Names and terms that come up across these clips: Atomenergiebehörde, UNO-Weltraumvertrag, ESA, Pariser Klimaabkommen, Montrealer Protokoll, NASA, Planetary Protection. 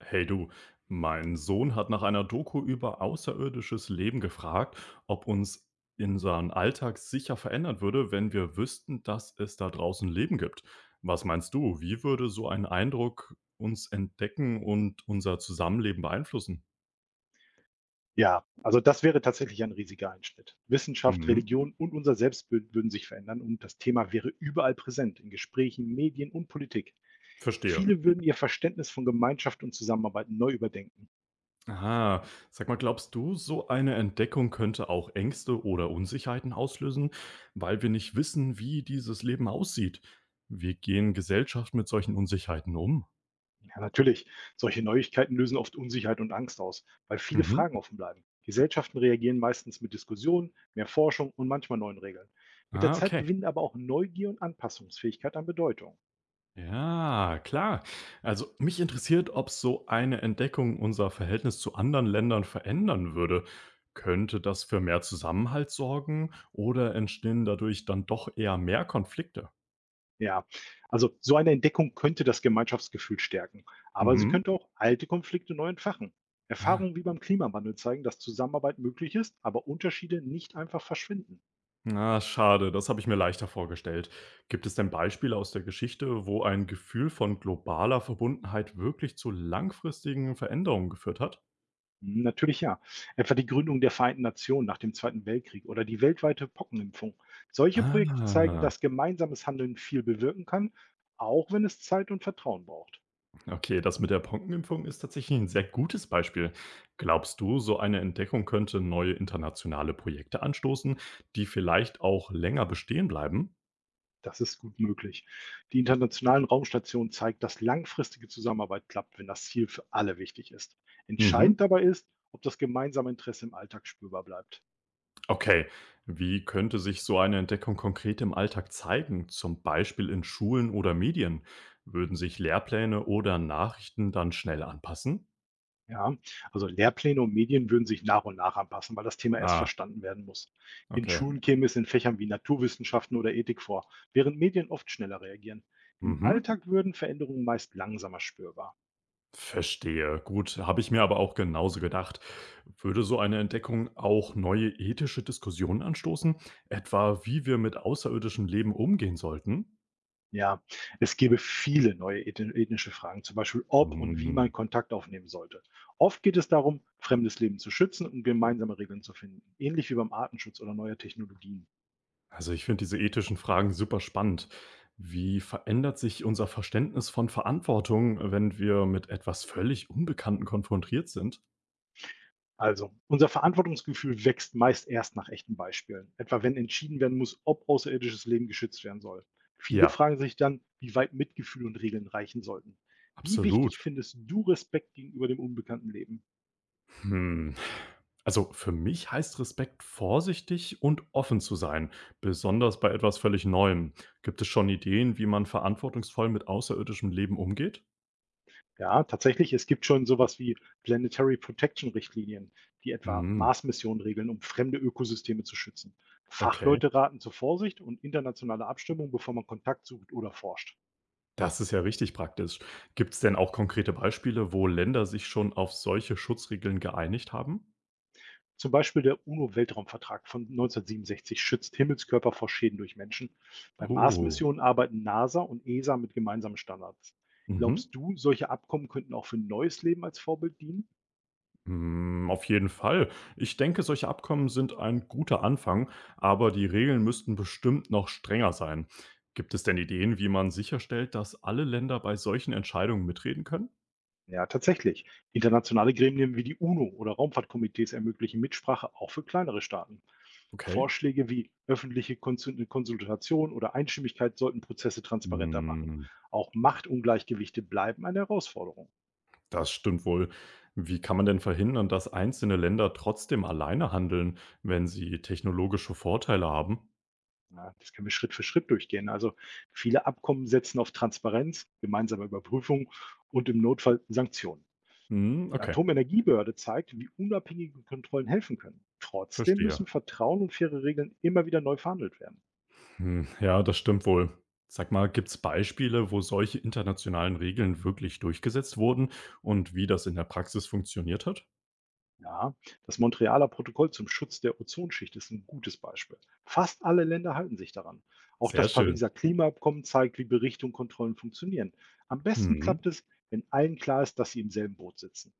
Hey du, mein Sohn hat nach einer Doku über außerirdisches Leben gefragt, ob uns unseren Alltag sicher verändern würde, wenn wir wüssten, dass es da draußen Leben gibt. Was meinst du, wie würde so ein Eindruck uns entdecken und unser Zusammenleben beeinflussen? Ja, also das wäre tatsächlich ein riesiger Einschnitt. Wissenschaft, Mhm, Religion und unser Selbstbild würden sich verändern und das Thema wäre überall präsent, in Gesprächen, Medien und Politik. verstehe. Viele würden ihr Verständnis von Gemeinschaft und Zusammenarbeit neu überdenken. Ah, Sag mal, glaubst du, so eine Entdeckung könnte auch Ängste oder Unsicherheiten auslösen, weil wir nicht wissen, wie dieses Leben aussieht? Wie gehen Gesellschaften mit solchen Unsicherheiten um? Ja, natürlich, solche Neuigkeiten lösen oft Unsicherheit und Angst aus, weil viele Mhm. Fragen offen bleiben. Gesellschaften reagieren meistens mit Diskussionen, mehr Forschung und manchmal neuen Regeln. Mit der Ah, Zeit okay. gewinnen aber auch Neugier und Anpassungsfähigkeit an Bedeutung. Ja, klar. Also mich interessiert, ob so eine Entdeckung unser Verhältnis zu anderen Ländern verändern würde. Könnte das für mehr Zusammenhalt sorgen oder entstehen dadurch dann doch eher mehr Konflikte? Ja, also so eine Entdeckung könnte das Gemeinschaftsgefühl stärken, aber sie Mhm. könnte auch alte Konflikte neu entfachen. Ah, Erfahrungen wie beim Klimawandel zeigen, dass Zusammenarbeit möglich ist, aber Unterschiede nicht einfach verschwinden. na, schade, das habe ich mir leichter vorgestellt. Gibt es denn Beispiele aus der Geschichte, wo ein Gefühl von globaler Verbundenheit wirklich zu langfristigen Veränderungen geführt hat? Natürlich ja. Etwa die Gründung der Vereinten Nationen nach dem Zweiten Weltkrieg oder die weltweite Pockenimpfung. Solche Projekte zeigen, Ah. dass gemeinsames Handeln viel bewirken kann, auch wenn es Zeit und Vertrauen braucht. Okay, das mit der Pockenimpfung ist tatsächlich ein sehr gutes Beispiel. Glaubst du, so eine Entdeckung könnte neue internationale Projekte anstoßen, die vielleicht auch länger bestehen bleiben? Das ist gut möglich. Die internationalen Raumstationen zeigt, dass langfristige Zusammenarbeit klappt, wenn das Ziel für alle wichtig ist. Mhm. Entscheidend dabei ist, ob das gemeinsame Interesse im Alltag spürbar bleibt. Okay. Wie könnte sich so eine Entdeckung konkret im Alltag zeigen, zum Beispiel in Schulen oder Medien? Würden sich Lehrpläne oder Nachrichten dann schnell anpassen? Ja, also Lehrpläne und Medien würden sich nach und nach anpassen, weil das Thema erst Ah, verstanden werden muss. In okay. Schulen käme es in Fächern wie Naturwissenschaften oder Ethik vor, während Medien oft schneller reagieren. Im Mhm. Alltag würden Veränderungen meist langsamer spürbar. Verstehe. Gut, habe ich mir aber auch genauso gedacht. Würde so eine Entdeckung auch neue ethische Diskussionen anstoßen? Etwa, wie wir mit außerirdischem Leben umgehen sollten? Ja, es gäbe viele neue ethnische Fragen, zum Beispiel ob und wie man Hm. Kontakt aufnehmen sollte. Oft geht es darum, fremdes Leben zu schützen und gemeinsame Regeln zu finden, ähnlich wie beim Artenschutz oder neuer Technologien. Also ich finde diese ethischen Fragen super spannend. Wie verändert sich unser Verständnis von Verantwortung, wenn wir mit etwas völlig Unbekannten konfrontiert sind? Also, unser Verantwortungsgefühl wächst meist erst nach echten Beispielen, etwa wenn entschieden werden muss, ob außerirdisches Leben geschützt werden soll. Viele Ja, fragen sich dann, wie weit Mitgefühl und Regeln reichen sollten. Wie absolut. wichtig findest du Respekt gegenüber dem unbekannten Leben? Hm. Also für mich heißt Respekt, vorsichtig und offen zu sein, besonders bei etwas völlig Neuem. Gibt es schon Ideen, wie man verantwortungsvoll mit außerirdischem Leben umgeht? Ja, tatsächlich, es gibt schon sowas wie Planetary Protection Richtlinien, die etwa Hm, Mars-Missionen regeln, um fremde Ökosysteme zu schützen. okay, Fachleute raten zur Vorsicht und internationale Abstimmung, bevor man Kontakt sucht oder forscht. das ist ja richtig praktisch. Gibt es denn auch konkrete Beispiele, wo Länder sich schon auf solche Schutzregeln geeinigt haben? Zum Beispiel der UNO-Weltraumvertrag von 1967 schützt Himmelskörper vor Schäden durch Menschen. Bei Oh, Mars-Missionen arbeiten NASA und ESA mit gemeinsamen Standards. mhm. Glaubst du, solche Abkommen könnten auch für neues Leben als Vorbild dienen? Hm, auf jeden Fall. Ich denke, solche Abkommen sind ein guter Anfang, aber die Regeln müssten bestimmt noch strenger sein. Gibt es denn Ideen, wie man sicherstellt, dass alle Länder bei solchen Entscheidungen mitreden können? Ja, tatsächlich. Internationale Gremien wie die UNO oder Raumfahrtkomitees ermöglichen Mitsprache auch für kleinere Staaten. Okay. Vorschläge wie öffentliche Konsultation oder Einstimmigkeit sollten Prozesse transparenter machen. Hm. Auch Machtungleichgewichte bleiben eine Herausforderung. Das stimmt wohl. Wie kann man denn verhindern, dass einzelne Länder trotzdem alleine handeln, wenn sie technologische Vorteile haben? Ja, das können wir Schritt für Schritt durchgehen. Also viele Abkommen setzen auf Transparenz, gemeinsame Überprüfung und im Notfall Sanktionen. Hm, Die okay, Atomenergiebehörde zeigt, wie unabhängige Kontrollen helfen können. Trotzdem verstehe. müssen Vertrauen und faire Regeln immer wieder neu verhandelt werden. Hm, ja, das stimmt wohl. Sag mal, gibt's Beispiele, wo solche internationalen Regeln wirklich durchgesetzt wurden und wie das in der Praxis funktioniert hat? Ja, das Montrealer Protokoll zum Schutz der Ozonschicht ist ein gutes Beispiel. Fast alle Länder halten sich daran. Auch Sehr das schön. Pariser Klimaabkommen zeigt, wie Berichte und Kontrollen funktionieren. Am besten Mhm. klappt es, wenn allen klar ist, dass sie im selben Boot sitzen.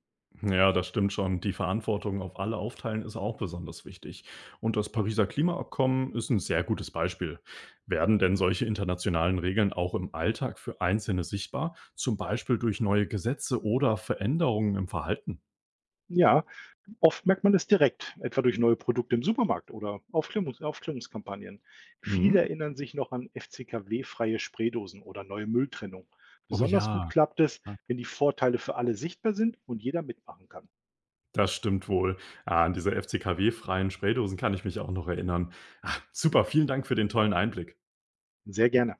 Ja, das stimmt schon. Die Verantwortung auf alle aufteilen ist auch besonders wichtig. Und das Pariser Klimaabkommen ist ein sehr gutes Beispiel. Werden denn solche internationalen Regeln auch im Alltag für Einzelne sichtbar, zum Beispiel durch neue Gesetze oder Veränderungen im Verhalten? Ja, oft merkt man es direkt, etwa durch neue Produkte im Supermarkt oder Aufklärungskampagnen. Viele Mhm. erinnern sich noch an FCKW-freie Spraydosen oder neue Mülltrennung. Oh Besonders gut ja, klappt es, klar. wenn die Vorteile für alle sichtbar sind und jeder mitmachen kann. Das stimmt wohl. Ah, an diese FCKW-freien Spraydosen kann ich mich auch noch erinnern. Ah, super, vielen Dank für den tollen Einblick. Sehr gerne.